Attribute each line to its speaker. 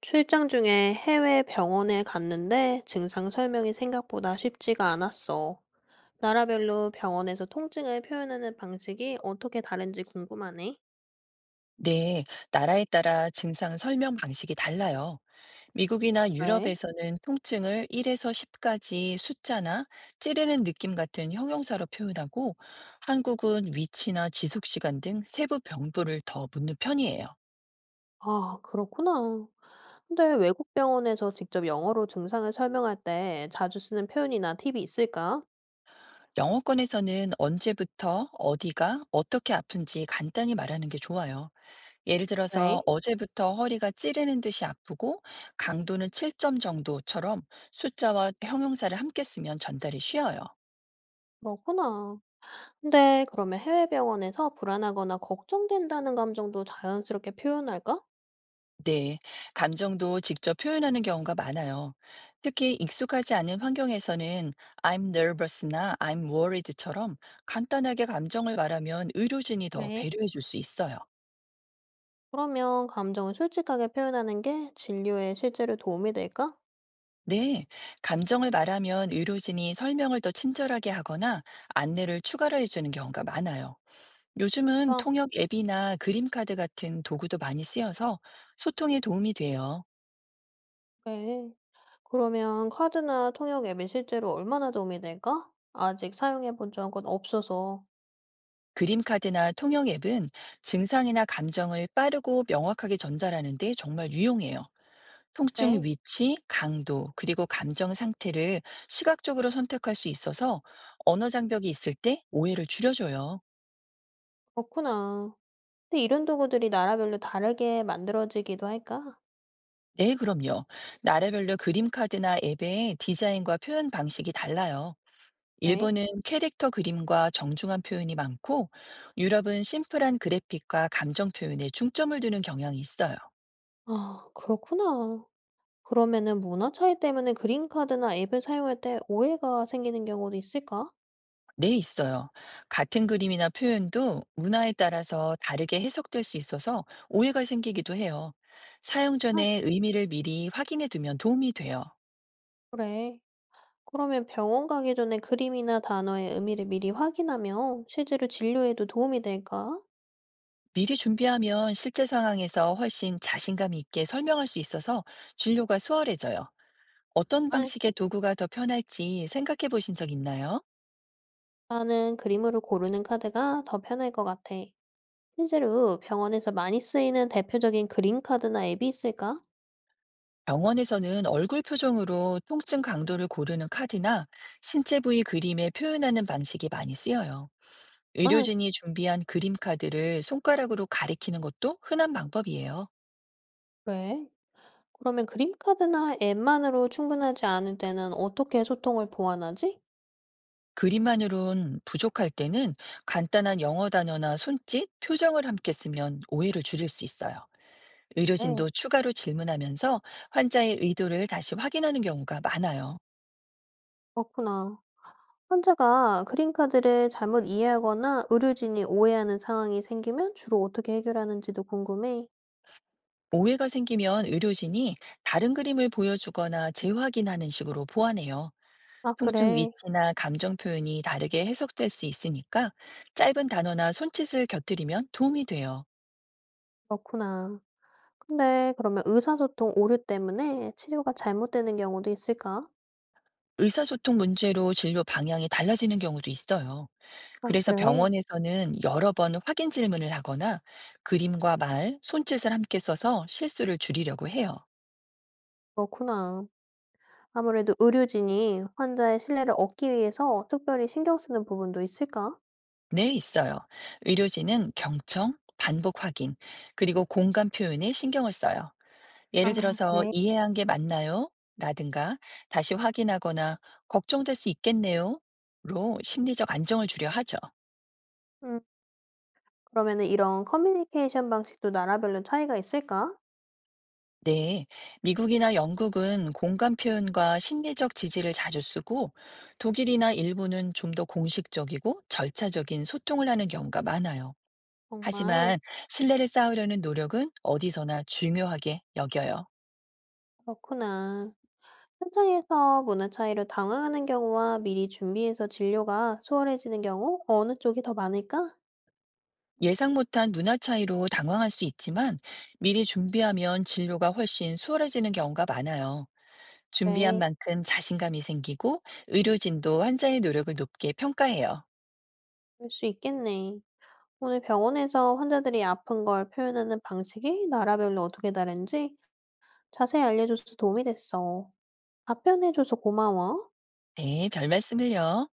Speaker 1: 출장 중에 해외 병원에 갔는데 증상 설명이 생각보다 쉽지가 않았어. 나라별로 병원에서 통증을 표현하는 방식이 어떻게 다른지 궁금하네.
Speaker 2: 네, 나라에 따라 증상 설명 방식이 달라요. 미국이나
Speaker 1: 네?
Speaker 2: 유럽에서는 통증을 1에서 10까지 숫자나 찌르는 느낌 같은 형용사로 표현하고, 한국은 위치나 지속 시간 등 세부 병부를 더 묻는 편이에요.
Speaker 1: 아, 그렇구나. 근데 외국 병원에서 직접 영어로 증상을 설명할 때 자주 쓰는 표현이나 팁이 있을까?
Speaker 2: 영어권에서는 언제부터 어디가 어떻게 아픈지 간단히 말하는 게 좋아요. 예를 들어서
Speaker 1: 네?
Speaker 2: 어제부터 허리가 찌르는 듯이 아프고 강도는 7점 정도처럼 숫자와 형용사를 함께 쓰면 전달이 쉬워요.
Speaker 1: 그렇구나. 근데 그러면 해외 병원에서 불안하거나 걱정된다는 감정도 자연스럽게 표현할까?
Speaker 2: 네, 감정도 직접 표현하는 경우가 많아요. 특히 익숙하지 않은 환경에서는 I'm nervous나 I'm worried처럼 간단하게 감정을 말하면 의료진이 더
Speaker 1: 그래.
Speaker 2: 배려해 줄 수 있어요.
Speaker 1: 그러면 감정을 솔직하게 표현하는 게 진료에 실제로 도움이 될까?
Speaker 2: 네, 감정을 말하면 의료진이 설명을 더 친절하게 하거나 안내를 추가로 해주는 경우가 많아요. 요즘은
Speaker 1: 아,
Speaker 2: 통역 앱이나 그림 카드 같은 도구도 많이 쓰여서 소통에 도움이 돼요.
Speaker 1: 그래. 그러면 카드나 통역 앱이 실제로 얼마나 도움이 될까? 아직 사용해 본 적은 없어서.
Speaker 2: 그림카드나 통영 앱은 증상이나 감정을 빠르고 명확하게 전달하는 데 정말 유용해요. 통증
Speaker 1: 그래.
Speaker 2: 위치, 강도, 그리고 감정 상태를 시각적으로 선택할 수 있어서 언어 장벽이 있을 때 오해를 줄여줘요.
Speaker 1: 그렇구나. 근데 이런 도구들이 나라별로 다르게 만들어지기도 할까?
Speaker 2: 네, 그럼요. 나라별로 그림카드나 앱의 디자인과 표현 방식이 달라요.
Speaker 1: 그래.
Speaker 2: 일본은 캐릭터 그림과 정중한 표현이 많고, 유럽은 심플한 그래픽과 감정 표현에 중점을 두는 경향이 있어요.
Speaker 1: 아, 그렇구나. 그러면은 문화 차이 때문에 그림 카드나 앱을 사용할 때 오해가 생기는 경우도 있을까?
Speaker 2: 네, 있어요. 같은 그림이나 표현도 문화에 따라서 다르게 해석될 수 있어서 오해가 생기기도 해요. 사용
Speaker 1: 아,
Speaker 2: 전에 의미를 미리 확인해 두면 도움이 돼요.
Speaker 1: 그래. 그러면 병원 가기 전에 그림이나 단어의 의미를 미리 확인하면 실제로 진료에도 도움이 될까?
Speaker 2: 미리 준비하면 실제 상황에서 훨씬 자신감 있게 설명할 수 있어서 진료가 수월해져요. 어떤
Speaker 1: 아,
Speaker 2: 방식의 도구가 더 편할지 생각해 보신 적 있나요?
Speaker 1: 나는 그림으로 고르는 카드가 더 편할 것 같아. 실제로 병원에서 많이 쓰이는 대표적인 그림 카드나 앱이 있을까?
Speaker 2: 병원에서는 얼굴 표정으로 통증 강도를 고르는 카드나 신체 부위 그림에 표현하는 방식이 많이 쓰여요.
Speaker 1: 아,
Speaker 2: 의료진이 준비한 그림 카드를 손가락으로 가리키는 것도 흔한 방법이에요.
Speaker 1: 그래. 그러면 그림 카드나 앱만으로 충분하지 않을 때는 어떻게 소통을 보완하지?
Speaker 2: 그림만으론 부족할 때는 간단한 영어 단어나 손짓, 표정을 함께 쓰면 오해를 줄일 수 있어요.
Speaker 1: 네.
Speaker 2: 의료진도 추가로 질문하면서 환자의 의도를 다시 확인하는 경우가 많아요.
Speaker 1: 그렇구나. 환자가 그림 카드를 잘못 이해하거나 의료진이 오해하는 상황이 생기면 주로 어떻게 해결하는지도 궁금해.
Speaker 2: 오해가 생기면 의료진이 다른 그림을 보여주거나 재확인하는 식으로 보완해요.
Speaker 1: 아,
Speaker 2: 통증
Speaker 1: 그래.
Speaker 2: 위치나 감정 표현이 다르게 해석될 수 있으니까 짧은 단어나 손짓을 곁들이면 도움이 돼요.
Speaker 1: 그렇구나. 근데 그러면 의사소통 오류 때문에 치료가 잘못되는 경우도 있을까?
Speaker 2: 의사소통 문제로 진료 방향이 달라지는 경우도 있어요.
Speaker 1: 아,
Speaker 2: 그래서
Speaker 1: 그래?
Speaker 2: 병원에서는 여러 번 확인 질문을 하거나 그림과 말, 손짓을 함께 써서 실수를 줄이려고 해요.
Speaker 1: 그렇구나. 아무래도 의료진이 환자의 신뢰를 얻기 위해서 특별히 신경 쓰는 부분도 있을까?
Speaker 2: 네, 있어요. 의료진은 경청, 반복 확인, 그리고 공감 표현에 신경을 써요.
Speaker 1: 아,
Speaker 2: 예를 들어서
Speaker 1: 그래?
Speaker 2: "이해한 게 맞나요? 라든가 다시 확인하거나 "걱정될 수 있겠네요? 로 심리적 안정을 주려 하죠.
Speaker 1: 음, 그러면은 이런 커뮤니케이션 방식도 나라별로 차이가 있을까?
Speaker 2: 네, 미국이나 영국은 공감 표현과 심리적 지지를 자주 쓰고 독일이나 일본은 좀 더 공식적이고 절차적인 소통을 하는 경우가 많아요.
Speaker 1: 정말?
Speaker 2: 하지만 신뢰를 쌓으려는 노력은 어디서나 중요하게 여겨요.
Speaker 1: 그렇구나. 현장에서 문화 차이로 당황하는 경우와 미리 준비해서 진료가 수월해지는 경우 어느 쪽이 더 많을까?
Speaker 2: 예상 못한 문화 차이로 당황할 수 있지만 미리 준비하면 진료가 훨씬 수월해지는 경우가 많아요. 준비한
Speaker 1: 그래.
Speaker 2: 만큼 자신감이 생기고 의료진도 환자의 노력을 높게 평가해요.
Speaker 1: 그럴 수 있겠네. 오늘 병원에서 환자들이 아픈 걸 표현하는 방식이 나라별로 어떻게 다른지 자세히 알려줘서 도움이 됐어. 답변해줘서 고마워.
Speaker 2: 네, 별 말씀을요.